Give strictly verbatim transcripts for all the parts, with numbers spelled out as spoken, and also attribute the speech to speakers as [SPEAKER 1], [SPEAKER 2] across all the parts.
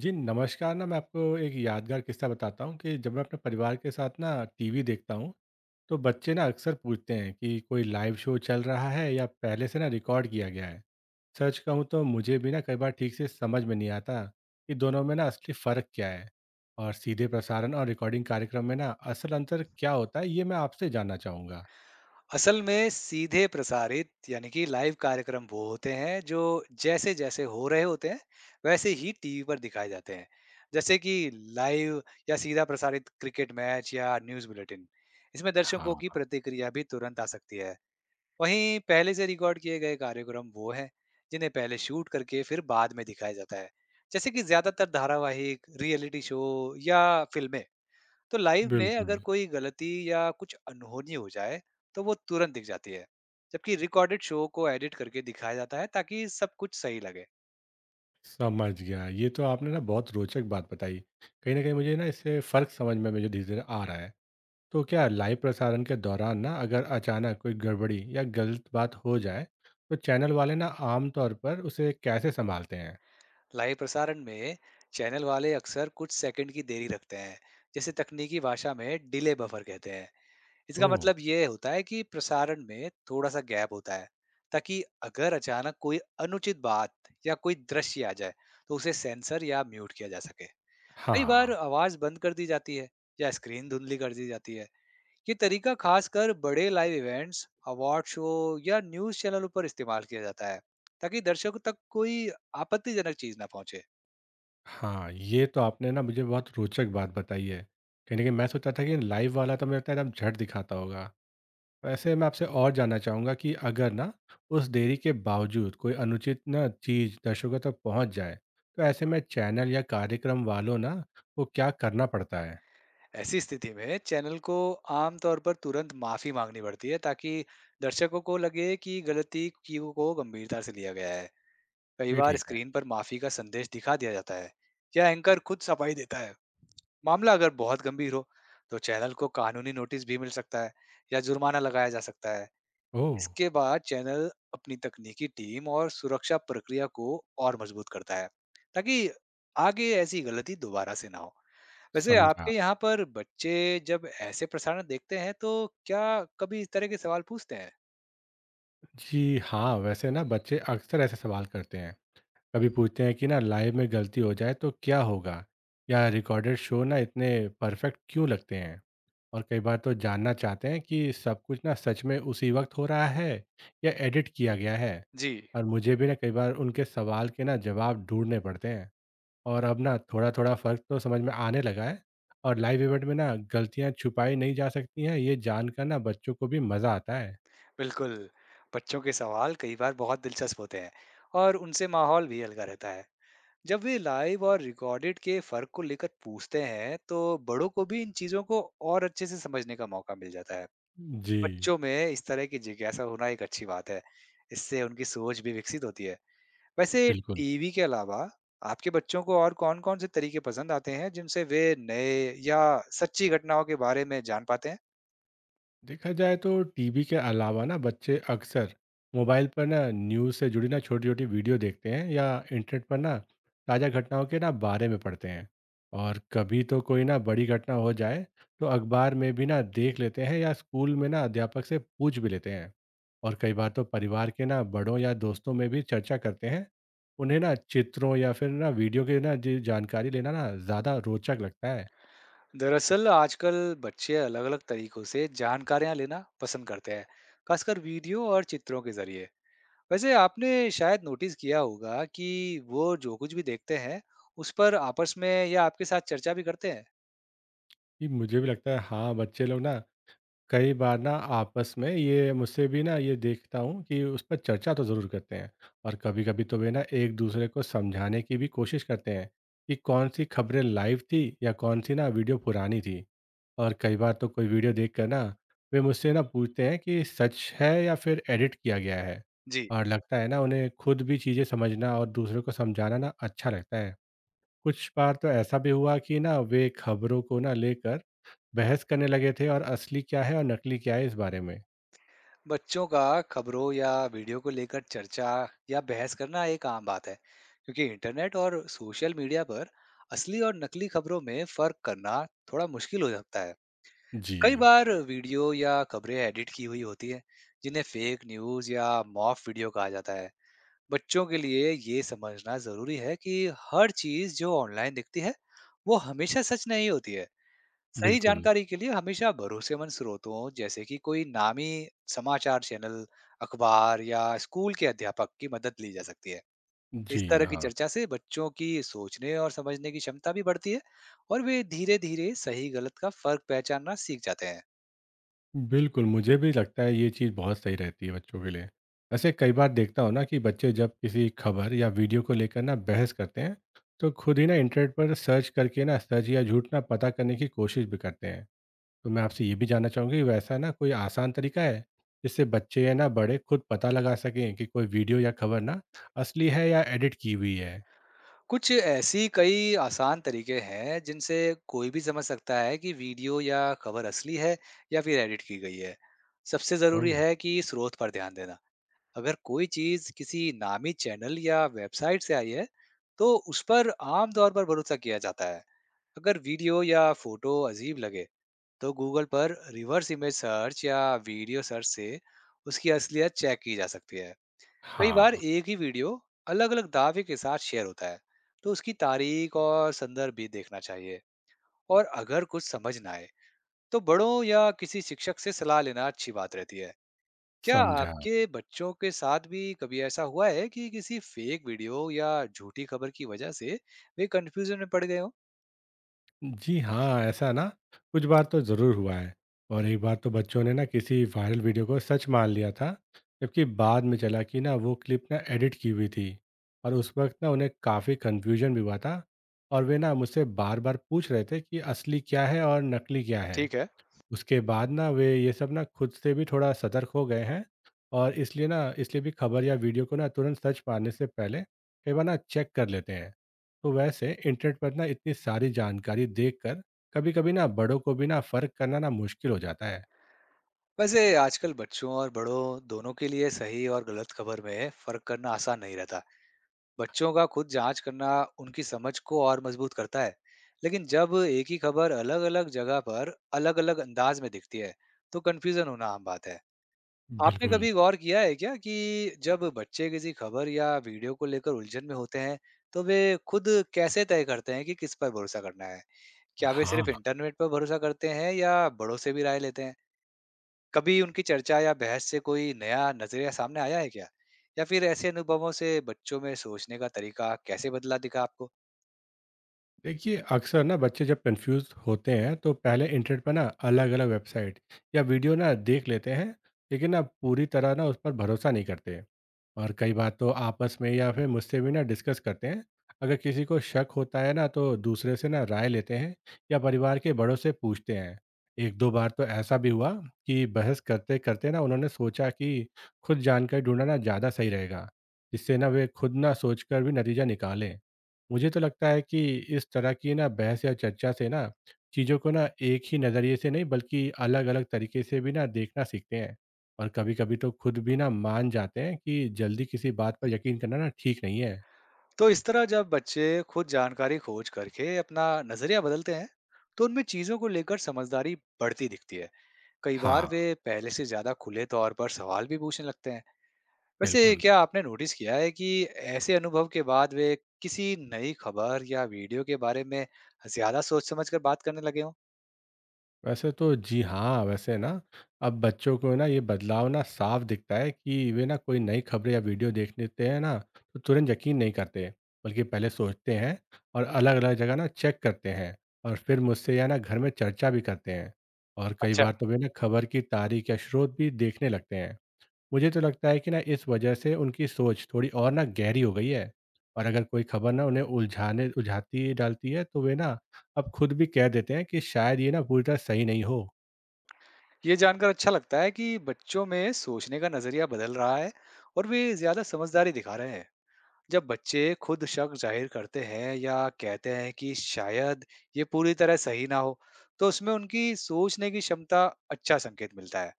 [SPEAKER 1] जी, नमस्कार। ना मैं आपको एक यादगार किस्सा बताता हूँ कि जब मैं अपने परिवार के साथ ना टीवी देखता हूँ, तो बच्चे ना अक्सर पूछते हैं कि कोई लाइव शो चल रहा है या पहले से ना रिकॉर्ड किया गया है। सच कहूँ तो मुझे भी ना कई बार ठीक से समझ में नहीं आता कि दोनों में ना असली फ़र्क क्या है और सीधे प्रसारण और रिकॉर्डिंग कार्यक्रम में ना असल अंतर क्या होता है, ये मैं आपसे जानना चाहूँगा।
[SPEAKER 2] असल में सीधे प्रसारित यानी कि लाइव कार्यक्रम वो होते हैं जो जैसे जैसे हो रहे होते हैं, वैसे ही टीवी पर दिखाए जाते हैं। जैसे कि लाइव या सीधा प्रसारित क्रिकेट मैच या न्यूज़ बुलेटिन। इसमें दर्शकों की
[SPEAKER 1] हाँ।
[SPEAKER 2] प्रतिक्रिया भी तुरंत आ सकती है। वहीं पहले से रिकॉर्ड किए गए कार्यक्रम वो हैं जिन्हें पहले शूट करके फिर बाद में दिखाया जाता है, जैसे कि ज्यादातर धारावाहिक, रियलिटी शो या फिल्में। तो लाइव में अगर
[SPEAKER 1] बिल्कुल।
[SPEAKER 2] कोई गलती या कुछ अनहोनी हो जाए, तो वो तुरंत दिख जाती है, जबकि रिकॉर्डेड शो को एडिट करके दिखाया जाता है ताकि सब कुछ सही लगे।
[SPEAKER 1] समझ गया। ये तो आपने ना बहुत रोचक बात बताई। कहीं न कहीं मुझे ना इससे फ़र्क समझ में मुझे धीरे-धीरे आ रहा है। तो क्या लाइव प्रसारण के दौरान ना अगर अचानक कोई गड़बड़ी या गलत बात हो जाए तो चैनल वाले ना आमतौर पर उसे कैसे संभालते हैं?
[SPEAKER 2] लाइव प्रसारण में चैनल वाले अक्सर कुछ सेकंड की देरी रखते हैं, जिसे तकनीकी भाषा में डिले बफर कहते हैं। इसका
[SPEAKER 1] ओह।
[SPEAKER 2] मतलब ये होता है कि प्रसारण में थोड़ा सा गैप होता है, ताकि अगर अचानक कोई अनुचित बात या कोई दृश्य आ जाए तो उसे सेंसर या म्यूट किया जा सके। कई बार
[SPEAKER 1] हाँ।
[SPEAKER 2] आवाज बंद कर दी जाती है या स्क्रीन धुंधली कर दी जाती है। ये तरीका खासकर बड़े लाइव इवेंट्स, अवार्ड शो या न्यूज़ चैनलों पर इस्तेमाल किया जाता है, ताकि दर्शकों तक कोई आपत्तिजनक चीज़ ना पहुंचे।
[SPEAKER 1] हाँ, ये तो आपने ना मुझे बहुत रोचक बात बताई है। कहीं ना कहीं मैं सोचा था कि लाइव वाला तो मेरे को एकदम झट दिखाता होगा। वैसे मैं आपसे और जानना चाहूँगा कि अगर ना उस देरी के बावजूद कोई अनुचित ना चीज़ दर्शकों तक पहुँच जाए तो ऐसे में चैनल या कार्यक्रम वालों ना को क्या करना पड़ता है?
[SPEAKER 2] ऐसी स्थिति में चैनल को आमतौर पर तुरंत माफ़ी मांगनी पड़ती है, ताकि दर्शकों को लगे कि गलती की को गंभीरता से लिया गया है। कई
[SPEAKER 1] ये
[SPEAKER 2] बार
[SPEAKER 1] ठीक है।
[SPEAKER 2] स्क्रीन पर माफ़ी का संदेश दिखा दिया जाता है या एंकर खुद सफाई देता है। मामला अगर बहुत गंभीर हो, तो चैनल को कानूनी नोटिस भी मिल सकता है या जुर्माना लगाया जा सकता है।
[SPEAKER 1] ओह।
[SPEAKER 2] इसके बाद चैनल अपनी तकनीकी टीम और सुरक्षा प्रक्रिया को और मजबूत करता है, ताकि आगे ऐसी गलती दोबारा से ना हो। वैसे
[SPEAKER 1] समझा।
[SPEAKER 2] आपके यहाँ पर बच्चे जब ऐसे प्रसारण देखते हैं तो क्या कभी इस तरह के सवाल पूछते हैं?
[SPEAKER 1] जी हाँ, वैसे ना बच्चे अक्सर ऐसे सवाल करते हैं। कभी पूछते हैं कि ना लाइव में गलती हो जाए तो क्या होगा, या रिकॉर्डेड शो ना इतने परफेक्ट क्यों लगते हैं। और कई बार तो जानना चाहते हैं कि सब कुछ ना सच में उसी वक्त हो रहा है या एडिट किया गया है।
[SPEAKER 2] जी।
[SPEAKER 1] और मुझे भी ना कई बार उनके सवाल के ना जवाब ढूंढने पड़ते हैं। और अब ना थोड़ा थोड़ा फर्क तो समझ में आने लगा है। और लाइव इवेंट में ना गलतियाँ छुपाई नहीं जा सकती हैं, ये जानकर ना बच्चों को भी मज़ा आता है।
[SPEAKER 2] बिल्कुल, बच्चों के सवाल कई बार बहुत दिलचस्प होते हैं और उनसे माहौल भी हल्का रहता है। जब वे लाइव और रिकॉर्डेड के फर्क को लेकर पूछते हैं तो बड़ों को भी इन चीजों को और अच्छे से समझने का मौका मिल जाता है।
[SPEAKER 1] जी।
[SPEAKER 2] बच्चों में इस तरह की जिज्ञासा होना एक अच्छी बात है। इससे उनकी सोच भी विकसित होती है। वैसे
[SPEAKER 1] बिल्कुल।
[SPEAKER 2] टीवी के अलावा आपके बच्चों को और कौन-कौन से तरीके पसंद आते हैं जिनसे वे नए या सच्ची घटनाओं के बारे में जान पाते हैं?
[SPEAKER 1] देखा जाए तो टीवी के अलावा ना बच्चे अक्सर मोबाइल पर ना न्यूज़ से जुड़ी ना छोटी छोटी वीडियो देखते हैं, या इंटरनेट पर ना ताज़ा घटनाओं के ना बारे में पढ़ते हैं। और कभी तो कोई ना बड़ी घटना हो जाए तो अखबार में भी ना देख लेते हैं, या स्कूल में ना अध्यापक से पूछ भी लेते हैं। और कई बार तो परिवार के ना बड़ों या दोस्तों में भी चर्चा करते हैं। उन्हें ना चित्रों या फिर ना वीडियो के ना जी जानकारी लेना ना ज़्यादा रोचक लगता है।
[SPEAKER 2] दरअसल आजकल बच्चे अलग-अलग तरीकों से जानकारियां लेना पसंद करते हैं, खासकर वीडियो और चित्रों के जरिए। वैसे आपने शायद नोटिस किया होगा कि वो जो कुछ भी देखते हैं, उस पर आपस में या आपके साथ चर्चा भी करते हैं?
[SPEAKER 1] ये मुझे भी लगता है। हाँ, बच्चे लोग ना कई बार ना आपस में, ये मुझसे भी ना ये देखता हूँ कि उस पर चर्चा तो ज़रूर करते हैं। और कभी-कभी तो वे ना एक दूसरे को समझाने की भी कोशिश करते हैं कि कौन सी खबरें लाइव थी या कौन सी ना वीडियो पुरानी थी। और कई बार तो कोई वीडियो देखकर ना वे मुझसे ना पूछते हैं कि सच है या फिर एडिट किया गया है।
[SPEAKER 2] जी।
[SPEAKER 1] और लगता है ना उन्हें खुद भी चीज़ें समझना और दूसरों को समझाना ना अच्छा लगता है। कुछ बार तो ऐसा भी हुआ कि ना वे खबरों को ना लेकर बहस करने लगे थे, और असली क्या है और नकली क्या है इस बारे में।
[SPEAKER 2] बच्चों का खबरों या वीडियो को लेकर चर्चा या बहस करना एक आम बात है, क्योंकि इंटरनेट और सोशल मीडिया पर असली और नकली खबरों में फर्क करना थोड़ा मुश्किल हो सकता है। कई
[SPEAKER 1] जी।
[SPEAKER 2] बार वीडियो या खबरें एडिट की हुई होती हैं, जिन्हें फेक न्यूज़ या मॉफ वीडियो कहा जाता है। बच्चों के लिए ये समझना जरूरी है कि हर चीज़ जो ऑनलाइन दिखती है वो हमेशा सच नहीं होती है। सही
[SPEAKER 1] बिल्कुल।
[SPEAKER 2] जानकारी के लिए हमेशा भरोसेमंद स्रोतों, जैसे कि कोई नामी समाचार चैनल, अखबार या स्कूल के अध्यापक की मदद ली जा सकती है।
[SPEAKER 1] जी,
[SPEAKER 2] इस तरह की
[SPEAKER 1] हाँ।
[SPEAKER 2] चर्चा से बच्चों की सोचने और समझने की क्षमता भी बढ़ती है और वे धीरे-धीरे सही गलत का फर्क पहचानना सीख जाते हैं।
[SPEAKER 1] बिल्कुल, मुझे भी लगता है ये चीज़ बहुत सही रहती है बच्चों के लिए। वैसे कई बार देखता हूँ ना कि बच्चे जब किसी खबर या वीडियो को लेकर ना बहस करते हैं, तो खुद ही ना इंटरनेट पर सर्च करके ना सच या झूठ ना पता करने की कोशिश भी करते हैं। तो मैं आपसे ये भी जानना चाहूँगा कि वैसा ना कोई आसान तरीका है, जिससे बच्चे या ना बड़े खुद पता लगा सकें कि कोई वीडियो या खबर ना असली है या एडिट की हुई है?
[SPEAKER 2] कुछ ऐसी कई आसान तरीके हैं जिनसे कोई भी समझ सकता है कि वीडियो या खबर असली है या फिर एडिट की गई है। सबसे जरूरी
[SPEAKER 1] ओह!
[SPEAKER 2] है कि स्रोत पर ध्यान देना। अगर कोई चीज किसी नामी चैनल या वेबसाइट से आई है तो उस पर आमतौर पर भरोसा किया जाता है। अगर वीडियो या फोटो अजीब लगे तो गूगल पर रिवर्स इमेज सर्च या वीडियो सर्च से उसकी असलियत चेक की जा सकती है। कई बार
[SPEAKER 1] हाँ।
[SPEAKER 2] एक ही वीडियो अलग अलग दावे के साथ शेयर होता है, तो उसकी तारीख और संदर्भ भी देखना चाहिए। और अगर कुछ समझ ना आए तो बड़ों या किसी शिक्षक से सलाह लेना अच्छी बात रहती है। क्या
[SPEAKER 1] समझा।
[SPEAKER 2] आपके बच्चों के साथ भी कभी ऐसा हुआ है कि किसी फेक वीडियो या झूठी खबर की वजह से वे कंफ्यूजन में पड़ गए हो?
[SPEAKER 1] जी हाँ, ऐसा ना कुछ बार तो ज़रूर हुआ है। और एक बार तो बच्चों ने ना किसी वायरल वीडियो को सच मान लिया था, जबकि बाद में चला कि ना वो क्लिप ना एडिट की हुई थी। और उस वक़्त ना उन्हें काफ़ी कन्फ्यूज़न भी हुआ था, और वे ना मुझसे बार-बार पूछ रहे थे कि असली क्या है और नकली क्या है।
[SPEAKER 2] ठीक है।
[SPEAKER 1] उसके बाद ना वे ये सब ना खुद से भी थोड़ा सतर्क हो गए हैं, और इसलिए ना इसलिए भी खबर या वीडियो को ना तुरंत सच मानने से पहले कई बार ना चेक कर लेते हैं। तो वैसे इंटरनेट पर ना इतनी सारी जानकारी देखकर कभी-कभी ना बड़ों को भी ना फर्क करना ना मुश्किल हो जाता है।
[SPEAKER 2] वैसे आजकल बच्चों और बड़ों दोनों के लिए सही और गलत खबर में फर्क करना आसान नहीं रहता। बच्चों का खुद जांच करना उनकी समझ को और मजबूत करता है, लेकिन जब एक ही खबर अलग-अलग जगह पर अलग-अलग अंदाज में दिखती है तो कंफ्यूजन होना आम बात है। आपने
[SPEAKER 1] बिल्कुल।
[SPEAKER 2] कभी गौर किया है क्या कि जब बच्चे किसी खबर या वीडियो को लेकर उलझन में होते हैं, तो वे खुद कैसे तय करते हैं कि किस पर भरोसा करना है? क्या वे
[SPEAKER 1] हाँ।
[SPEAKER 2] सिर्फ इंटरनेट पर भरोसा करते हैं या बड़ों से भी राय लेते हैं? कभी उनकी चर्चा या बहस से कोई नया नजरिया सामने आया है क्या? या फिर ऐसे अनुभवों से बच्चों में सोचने का तरीका कैसे बदला दिखा आपको?
[SPEAKER 1] देखिए अक्सर ना बच्चे जब कंफ्यूज होते हैं तो पहले इंटरनेट पर ना अलग अलग वेबसाइट या वीडियो ना देख लेते हैं, लेकिन ना पूरी तरह ना उस पर भरोसा नहीं करते। और कई बार तो आपस में या फिर मुझसे भी ना डिस्कस करते हैं। अगर किसी को शक होता है ना तो दूसरे से ना राय लेते हैं, या परिवार के बड़ों से पूछते हैं। एक दो बार तो ऐसा भी हुआ कि बहस करते करते ना उन्होंने सोचा कि खुद जानकारी ढूंढना ना ज़्यादा सही रहेगा, जिससे ना वे खुद ना सोचकर भी नतीजा निकालें। मुझे तो लगता है कि इस तरह की ना बहस या चर्चा से ना चीज़ों को ना एक ही नज़रिए से नहीं बल्कि अलग-अलग तरीके से भी ना देखना सीखते हैं। और कभी-कभी तो खुद भी ना मान जाते हैं कि जल्दी किसी बात पर यकीन करना ना ठीक नहीं है।
[SPEAKER 2] तो इस तरह जब बच्चे खुद जानकारी खोज करके अपना नजरिया बदलते हैं तो उनमें चीजों को लेकर समझदारी बढ़ती दिखती है। कई बार
[SPEAKER 1] हाँ।
[SPEAKER 2] वे पहले से ज्यादा खुले तौर पर सवाल भी पूछने लगते हैं। वैसे
[SPEAKER 1] बिल्कुल।
[SPEAKER 2] क्या आपने नोटिस किया है कि ऐसे अनुभव के बाद वे किसी नई खबर या वीडियो के बारे में ज्यादा सोच समझ कर बात करने लगे हों?
[SPEAKER 1] वैसे तो जी हाँ, वैसे ना अब बच्चों को ना ये बदलाव ना साफ दिखता है कि वे ना कोई नई खबरें या वीडियो देख लेते हैं ना तो तुरंत यकीन नहीं करते, बल्कि पहले सोचते हैं और अलग अलग जगह ना चेक करते हैं, और फिर मुझसे या ना घर में चर्चा भी करते हैं। और कई
[SPEAKER 2] अच्छा।
[SPEAKER 1] बार तो वे ना खबर की तारीख या स्रोत भी देखने लगते हैं। मुझे तो लगता है कि ना इस वजह से उनकी सोच थोड़ी और ना गहरी हो गई है। और अगर कोई खबर ना उन्हें उलझाने उलझाती डालती है तो वे ना अब खुद भी कह देते हैं कि शायद ये ना पूरी तरह सही नहीं हो।
[SPEAKER 2] ये जानकर अच्छा लगता है कि बच्चों में सोचने का नजरिया बदल रहा है और वे ज्यादा समझदारी दिखा रहे हैं। जब बच्चे खुद शक जाहिर करते हैं या कहते हैं कि शायद ये पूरी तरह सही ना हो, तो उसमें उनकी सोचने की क्षमता अच्छा संकेत मिलता है।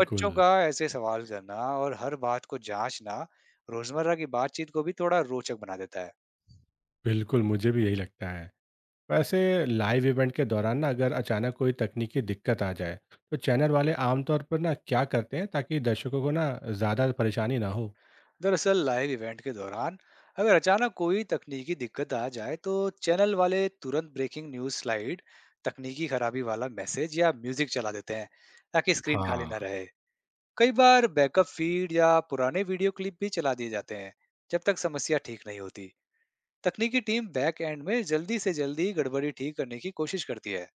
[SPEAKER 2] बच्चों का ऐसे सवाल करना और हर बात को जांचना रोजमर्रा की बातचीत को भी थोड़ा रोचक बना देता है।
[SPEAKER 1] बिल्कुल, मुझे भी यही लगता है। वैसे, लाइव इवेंट के दौरान ना अगर अचानक कोई तकनीकी दिक्कत आ जाए तो चैनल वाले आमतौर पर ना क्या करते हैं ताकि दर्शकों को ना ज़्यादा परेशानी ना हो?
[SPEAKER 2] दरअसल लाइव इवेंट के दौरान अगर अचानक कोई तकनीकी दिक्कत आ जाए, तो चैनल वाले तुरंत ब्रेकिंग न्यूज स्लाइड, तकनीकी खराबी वाला मैसेज या म्यूजिक चला देते हैं, ताकि स्क्रीन खाली
[SPEAKER 1] हाँ।
[SPEAKER 2] ना रहे। कई बार बैकअप फीड या पुराने वीडियो क्लिप भी चला दिए जाते हैं जब तक समस्या ठीक नहीं होती। तकनीकी टीम बैक एंड में जल्दी से जल्दी गड़बड़ी ठीक करने की कोशिश करती है।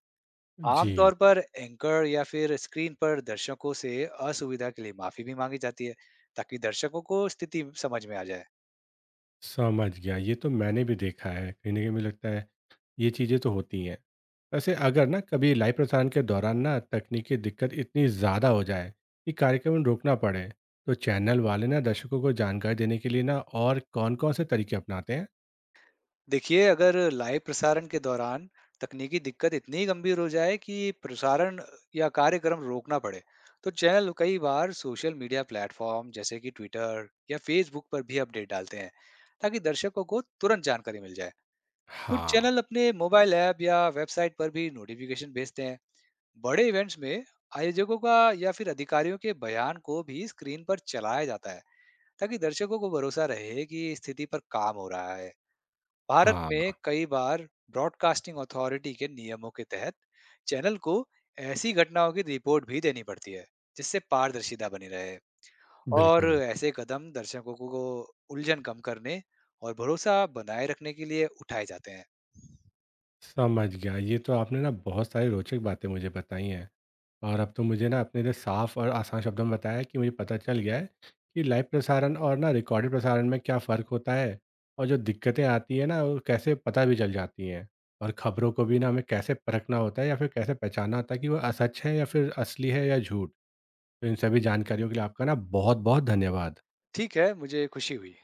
[SPEAKER 1] जी।
[SPEAKER 2] आमतौर पर एंकर या फिर स्क्रीन पर दर्शकों से असुविधा के लिए माफी भी मांगी जाती है, ताकि दर्शकों को स्थिति समझ में आ जाए।
[SPEAKER 1] समझ गया, ये तो मैंने भी देखा है। कहीं ना कहीं मुझे लगता है ये चीज़ें तो होती हैं। वैसे अगर ना कभी लाइव प्रसारण के दौरान ना तकनीकी दिक्कत इतनी ज़्यादा हो जाए कि कार्यक्रम रोकना पड़े, तो चैनल वाले ना दर्शकों को जानकारी देने के लिए ना और कौन-कौन से तरीके अपनाते हैं?
[SPEAKER 2] देखिए, अगर लाइव प्रसारण के दौरान तकनीकी दिक्कत इतनी गंभीर हो जाए कि प्रसारण या कार्यक्रम रोकना पड़े, तो चैनल कई बार सोशल मीडिया प्लेटफॉर्म, जैसे कि ट्विटर या फेसबुक पर भी अपडेट डालते हैं, ताकि दर्शकों को तुरंत जानकारी मिल जाए। कुछ
[SPEAKER 1] हाँ।
[SPEAKER 2] चैनल अपने मोबाइल ऐप या वेबसाइट पर भी नोटिफिकेशन भेजते हैं। बड़े इवेंट्स में आयोजकों का या फिर अधिकारियों के बयान को भी स्क्रीन पर चलाया जाता है, ताकि दर्शकों को भरोसा रहे कि स्थिति पर काम हो रहा है। भारत
[SPEAKER 1] हाँ।
[SPEAKER 2] में कई बार ब्रॉडकास्टिंग अथॉरिटी के नियमों के तहत चैनल को ऐसी घटनाओं की रिपोर्ट भी देनी पड़ती है, जिससे पारदर्शिता बनी रहे। और
[SPEAKER 1] बिल्कुल।
[SPEAKER 2] ऐसे कदम दर्शकों को को उलझन कम करने और भरोसा बनाए रखने के लिए उठाए जाते हैं।
[SPEAKER 1] समझ गया। ये तो आपने ना बहुत सारी रोचक बातें मुझे बताई हैं। और अब तो मुझे ना अपने लिए साफ और आसान शब्दों में बताया कि मुझे पता चल गया है कि लाइव प्रसारण और ना रिकॉर्डेड प्रसारण में क्या फ़र्क होता है, और जो दिक्कतें आती हैं ना वो कैसे पता भी चल जाती हैं। और ख़बरों को भी ना हमें कैसे परखना होता है या फिर कैसे पहचानना होता है कि वो असच है या फिर असली है या झूठ। तो इन सभी जानकारियों के लिए आपका ना बहुत-बहुत धन्यवाद।
[SPEAKER 2] ठीक है, मुझे खुशी हुई।